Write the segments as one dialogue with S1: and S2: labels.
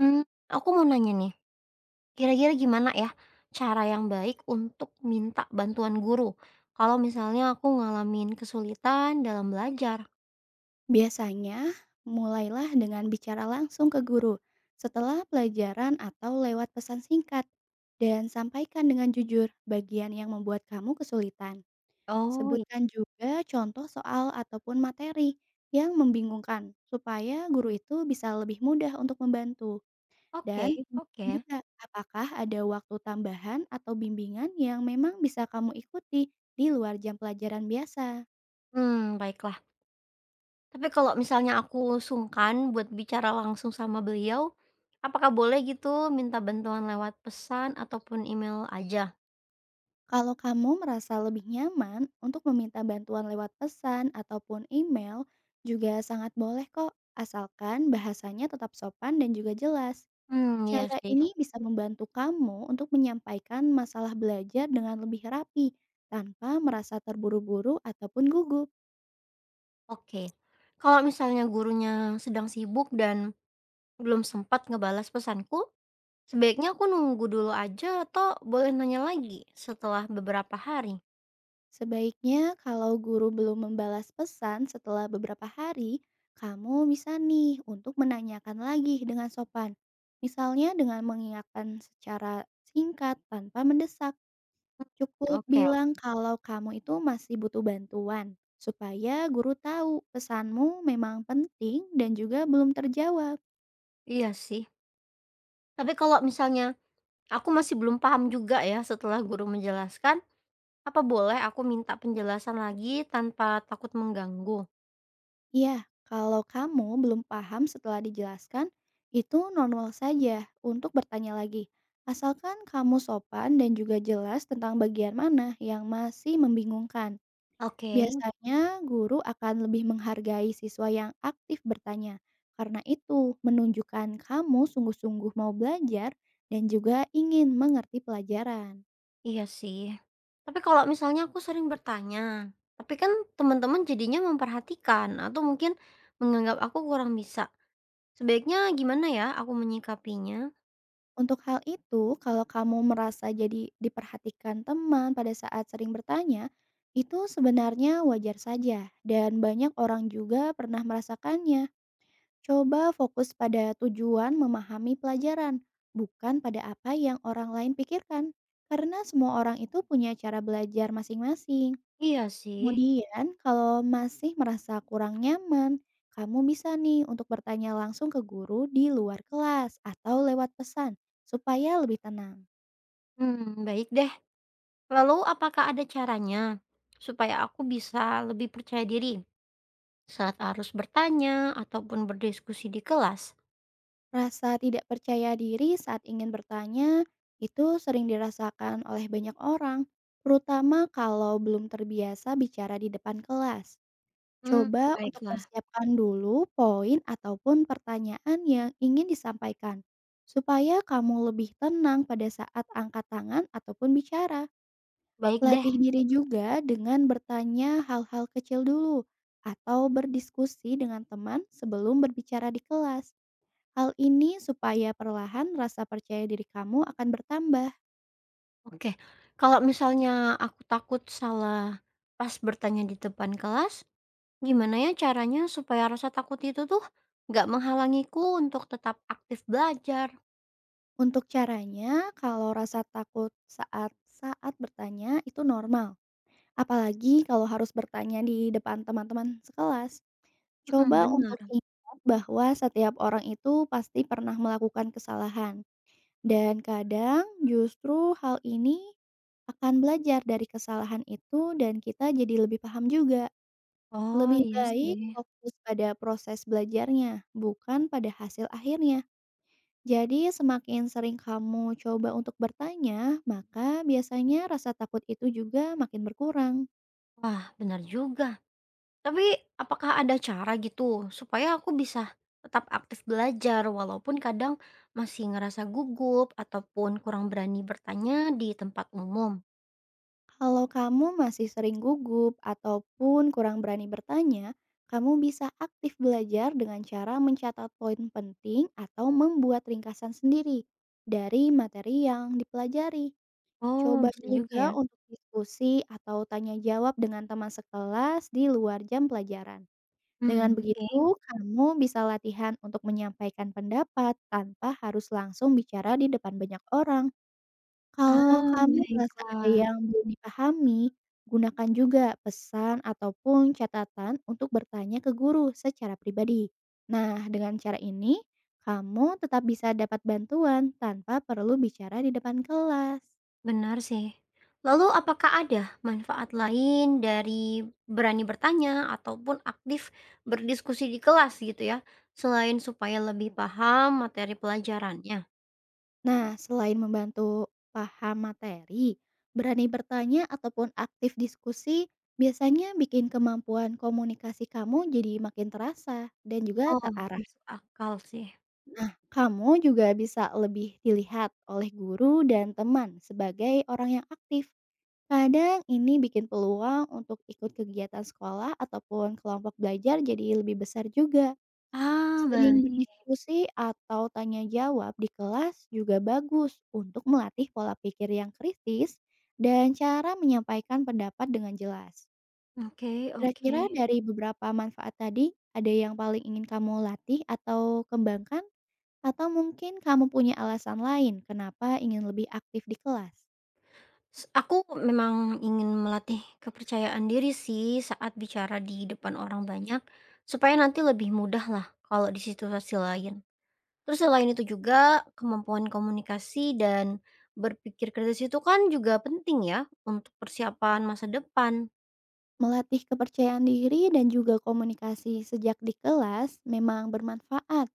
S1: Mmm, aku mau nanya nih, kira-kira gimana ya cara yang baik untuk minta bantuan guru, kalau misalnya aku ngalamin kesulitan dalam belajar?
S2: Biasanya, mulailah dengan bicara langsung ke guru setelah pelajaran atau lewat pesan singkat, dan sampaikan dengan jujur bagian yang membuat kamu kesulitan.
S1: Oh, ya.
S2: Sebutkan juga contoh soal ataupun materi yang membingungkan, supaya guru itu bisa lebih mudah untuk membantu.
S1: Oke
S2: Dan
S1: oke.
S2: tanyakan juga apakah ada waktu tambahan atau bimbingan yang memang bisa kamu ikuti di luar jam pelajaran biasa.
S1: Baiklah. Tapi kalau misalnya aku sungkan buat bicara langsung sama beliau, apakah boleh gitu minta bantuan lewat pesan ataupun email aja?
S2: Kalau kamu merasa lebih nyaman untuk meminta bantuan lewat pesan ataupun email, juga sangat boleh kok, asalkan bahasanya tetap sopan dan juga jelas.
S1: Iya
S2: Cara
S1: sih,
S2: ini bisa membantu kamu untuk menyampaikan masalah belajar dengan lebih rapi, tanpa merasa terburu-buru ataupun gugup.
S1: oke. Kalau misalnya gurunya sedang sibuk dan belum sempat ngebalas pesanku, sebaiknya aku nunggu dulu aja atau boleh nanya lagi setelah beberapa hari?
S2: Sebaiknya kalau guru belum membalas pesan setelah beberapa hari, kamu bisa nih untuk menanyakan lagi dengan sopan. Misalnya dengan mengingatkan secara singkat tanpa mendesak. Cukup
S1: Oke,
S2: bilang kalau kamu itu masih butuh bantuan, supaya guru tahu pesanmu memang penting dan juga belum terjawab.
S1: iya sih. Tapi kalau misalnya aku masih belum paham juga ya setelah guru menjelaskan, apa boleh aku minta penjelasan lagi tanpa takut mengganggu?
S2: Iya, kalau kamu belum paham setelah dijelaskan, itu normal saja untuk bertanya lagi. Asalkan kamu sopan dan juga jelas tentang bagian mana yang masih membingungkan.
S1: Oke,
S2: Biasanya guru akan lebih menghargai siswa yang aktif bertanya. Karena itu menunjukkan kamu sungguh-sungguh mau belajar dan juga ingin mengerti pelajaran.
S1: iya sih. Tapi kalau misalnya aku sering bertanya, tapi kan teman-teman jadinya memperhatikan atau mungkin menganggap aku kurang bisa. Sebaiknya gimana ya aku menyikapinya?
S2: Untuk hal itu, kalau kamu merasa jadi diperhatikan teman pada saat sering bertanya, itu sebenarnya wajar saja, dan banyak orang juga pernah merasakannya. Coba fokus pada tujuan memahami pelajaran, bukan pada apa yang orang lain pikirkan, karena semua orang itu punya cara belajar masing-masing.
S1: Iya sih.
S2: Kemudian, kalau masih merasa kurang nyaman, kamu bisa nih untuk bertanya langsung ke guru di luar kelas atau lewat pesan supaya lebih tenang.
S1: Hmm, baik deh. Lalu apakah ada caranya supaya aku bisa lebih percaya diri saat harus bertanya ataupun berdiskusi di kelas?
S2: Rasa tidak percaya diri saat ingin bertanya itu sering dirasakan oleh banyak orang, terutama kalau belum terbiasa bicara di depan kelas.
S1: Hmm,
S2: Coba untuk
S1: baiklah.
S2: persiapkan dulu poin ataupun pertanyaan yang ingin disampaikan, supaya kamu lebih tenang pada saat angkat tangan ataupun bicara.
S1: Baik deh,
S2: Latih diri juga dengan bertanya hal-hal kecil dulu, atau berdiskusi dengan teman sebelum berbicara di kelas. Hal ini supaya perlahan rasa percaya diri kamu akan bertambah.
S1: oke. Kalau misalnya aku takut salah pas bertanya di depan kelas, gimana ya caranya supaya rasa takut itu tuh nggak menghalangiku untuk tetap aktif belajar?
S2: Untuk caranya, kalau rasa takut saat saat bertanya itu normal. Apalagi kalau harus bertanya di depan teman-teman sekelas.
S1: Mm,
S2: Coba
S1: benar.
S2: untuk ingat bahwa setiap orang itu pasti pernah melakukan kesalahan, dan kadang justru hal ini akan belajar dari kesalahan itu dan kita jadi lebih paham juga.
S1: Oh
S2: Lebih
S1: iya
S2: baik
S1: sih,
S2: fokus pada proses belajarnya, bukan pada hasil akhirnya. Jadi semakin sering kamu coba untuk bertanya, maka biasanya rasa takut itu juga makin berkurang.
S1: wah benar juga. Tapi, apakah ada cara gitu, supaya aku bisa tetap aktif belajar walaupun kadang masih ngerasa gugup ataupun kurang berani bertanya di tempat umum?
S2: Kalau kamu masih sering gugup ataupun kurang berani bertanya, kamu bisa aktif belajar dengan cara mencatat poin penting atau membuat ringkasan sendiri dari materi yang dipelajari.
S1: Oh,
S2: Coba
S1: bisa juga ya?
S2: juga untuk diskusi atau tanya jawab dengan teman sekelas di luar jam pelajaran. Dengan
S1: Oke.
S2: begitu, kamu bisa latihan untuk menyampaikan pendapat tanpa harus langsung bicara di depan banyak orang. Kalau
S1: Ah,
S2: kamu merasa ada
S1: baiklah,
S2: yang belum dipahami, gunakan juga pesan ataupun catatan untuk bertanya ke guru secara pribadi. Nah, dengan cara ini, kamu tetap bisa dapat bantuan tanpa perlu bicara di depan kelas.
S1: benar sih. Lalu apakah ada manfaat lain dari berani bertanya ataupun aktif berdiskusi di kelas gitu ya, selain supaya lebih paham materi pelajarannya?
S2: Nah, selain membantu paham materi, berani bertanya ataupun aktif diskusi biasanya bikin kemampuan komunikasi kamu jadi makin terasa dan juga
S1: Oh,
S2: terarah.
S1: masuk akal sih.
S2: Kamu juga bisa lebih dilihat oleh guru dan teman sebagai orang yang aktif. Kadang ini bikin peluang untuk ikut kegiatan sekolah ataupun kelompok belajar jadi lebih besar juga.
S1: Ah,
S2: Sering
S1: baik.
S2: berdiskusi atau tanya jawab di kelas juga bagus untuk melatih pola pikir yang kritis dan cara menyampaikan pendapat dengan jelas.
S1: Oke oke.
S2: Kira-kira dari beberapa manfaat tadi, ada yang paling ingin kamu latih atau kembangkan? Atau mungkin kamu punya alasan lain kenapa ingin lebih aktif di kelas?
S1: Aku memang ingin melatih kepercayaan diri sih saat bicara di depan orang banyak, supaya nanti lebih mudah lah kalau di situasi lain. Terus selain itu juga kemampuan komunikasi dan berpikir kritis itu kan juga penting ya untuk persiapan masa depan.
S2: Melatih kepercayaan diri dan juga komunikasi sejak di kelas memang bermanfaat.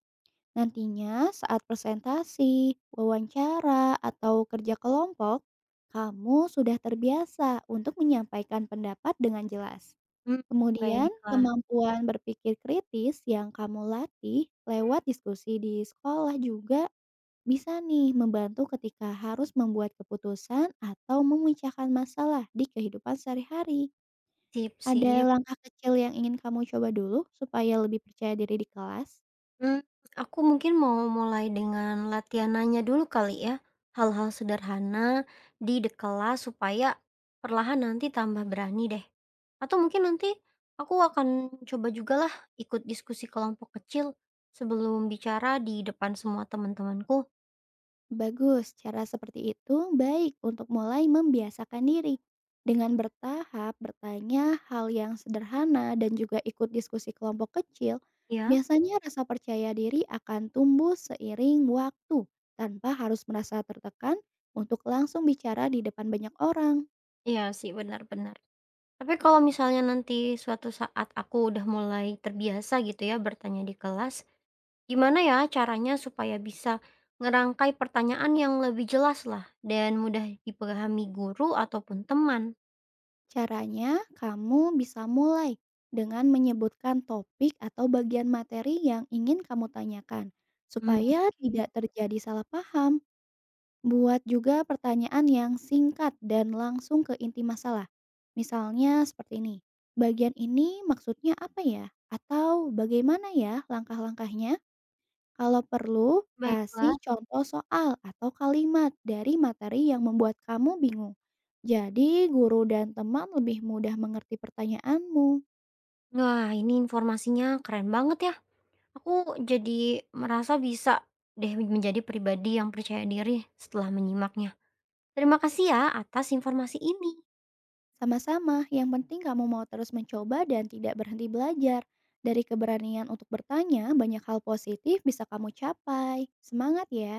S2: Nantinya saat presentasi, wawancara, atau kerja kelompok, kamu sudah terbiasa untuk menyampaikan pendapat dengan jelas.
S1: Mmm,
S2: Kemudian,
S1: Baiklah,
S2: kemampuan berpikir kritis yang kamu latih lewat diskusi di sekolah juga bisa nih membantu ketika harus membuat keputusan atau memecahkan masalah di kehidupan sehari-hari.
S1: sip
S2: Ada
S1: sip.
S2: langkah kecil yang ingin kamu coba dulu supaya lebih percaya diri di kelas?
S1: Mmm, aku mungkin mau mulai dengan latihan nanya dulu kali ya, hal-hal sederhana di kelas supaya perlahan nanti tambah berani deh. Atau mungkin nanti aku akan coba jugalah ikut diskusi kelompok kecil sebelum bicara di depan semua teman-temanku.
S2: Bagus, cara seperti itu baik untuk mulai membiasakan diri. Dengan bertahap bertanya hal yang sederhana dan juga ikut diskusi kelompok kecil,
S1: Iya,
S2: biasanya rasa percaya diri akan tumbuh seiring waktu tanpa harus merasa tertekan untuk langsung bicara di depan banyak orang.
S1: iya sih, benar benar. Tapi kalau misalnya nanti suatu saat aku udah mulai terbiasa gitu ya bertanya di kelas, gimana ya caranya supaya bisa ngerangkai pertanyaan yang lebih jelas lah dan mudah dipahami guru ataupun teman?
S2: Caranya, kamu bisa mulai dengan menyebutkan topik atau bagian materi yang ingin kamu tanyakan,
S1: Hmm,
S2: supaya
S1: oke.
S2: tidak terjadi salah paham. Buat juga pertanyaan yang singkat dan langsung ke inti masalah. Misalnya seperti ini, bagian ini maksudnya apa ya? Atau bagaimana ya langkah-langkahnya? Kalau perlu,
S1: Baiklah.
S2: kasih contoh soal atau kalimat dari materi yang membuat kamu bingung. Jadi guru dan teman lebih mudah mengerti pertanyaanmu.
S1: Wah, ini informasinya keren banget ya. Aku jadi merasa bisa deh menjadi pribadi yang percaya diri setelah menyimaknya. Terima kasih ya atas informasi ini.
S2: Sama-sama, yang penting kamu mau terus mencoba dan tidak berhenti belajar. Dari keberanian untuk bertanya, banyak hal positif bisa kamu capai. Semangat ya!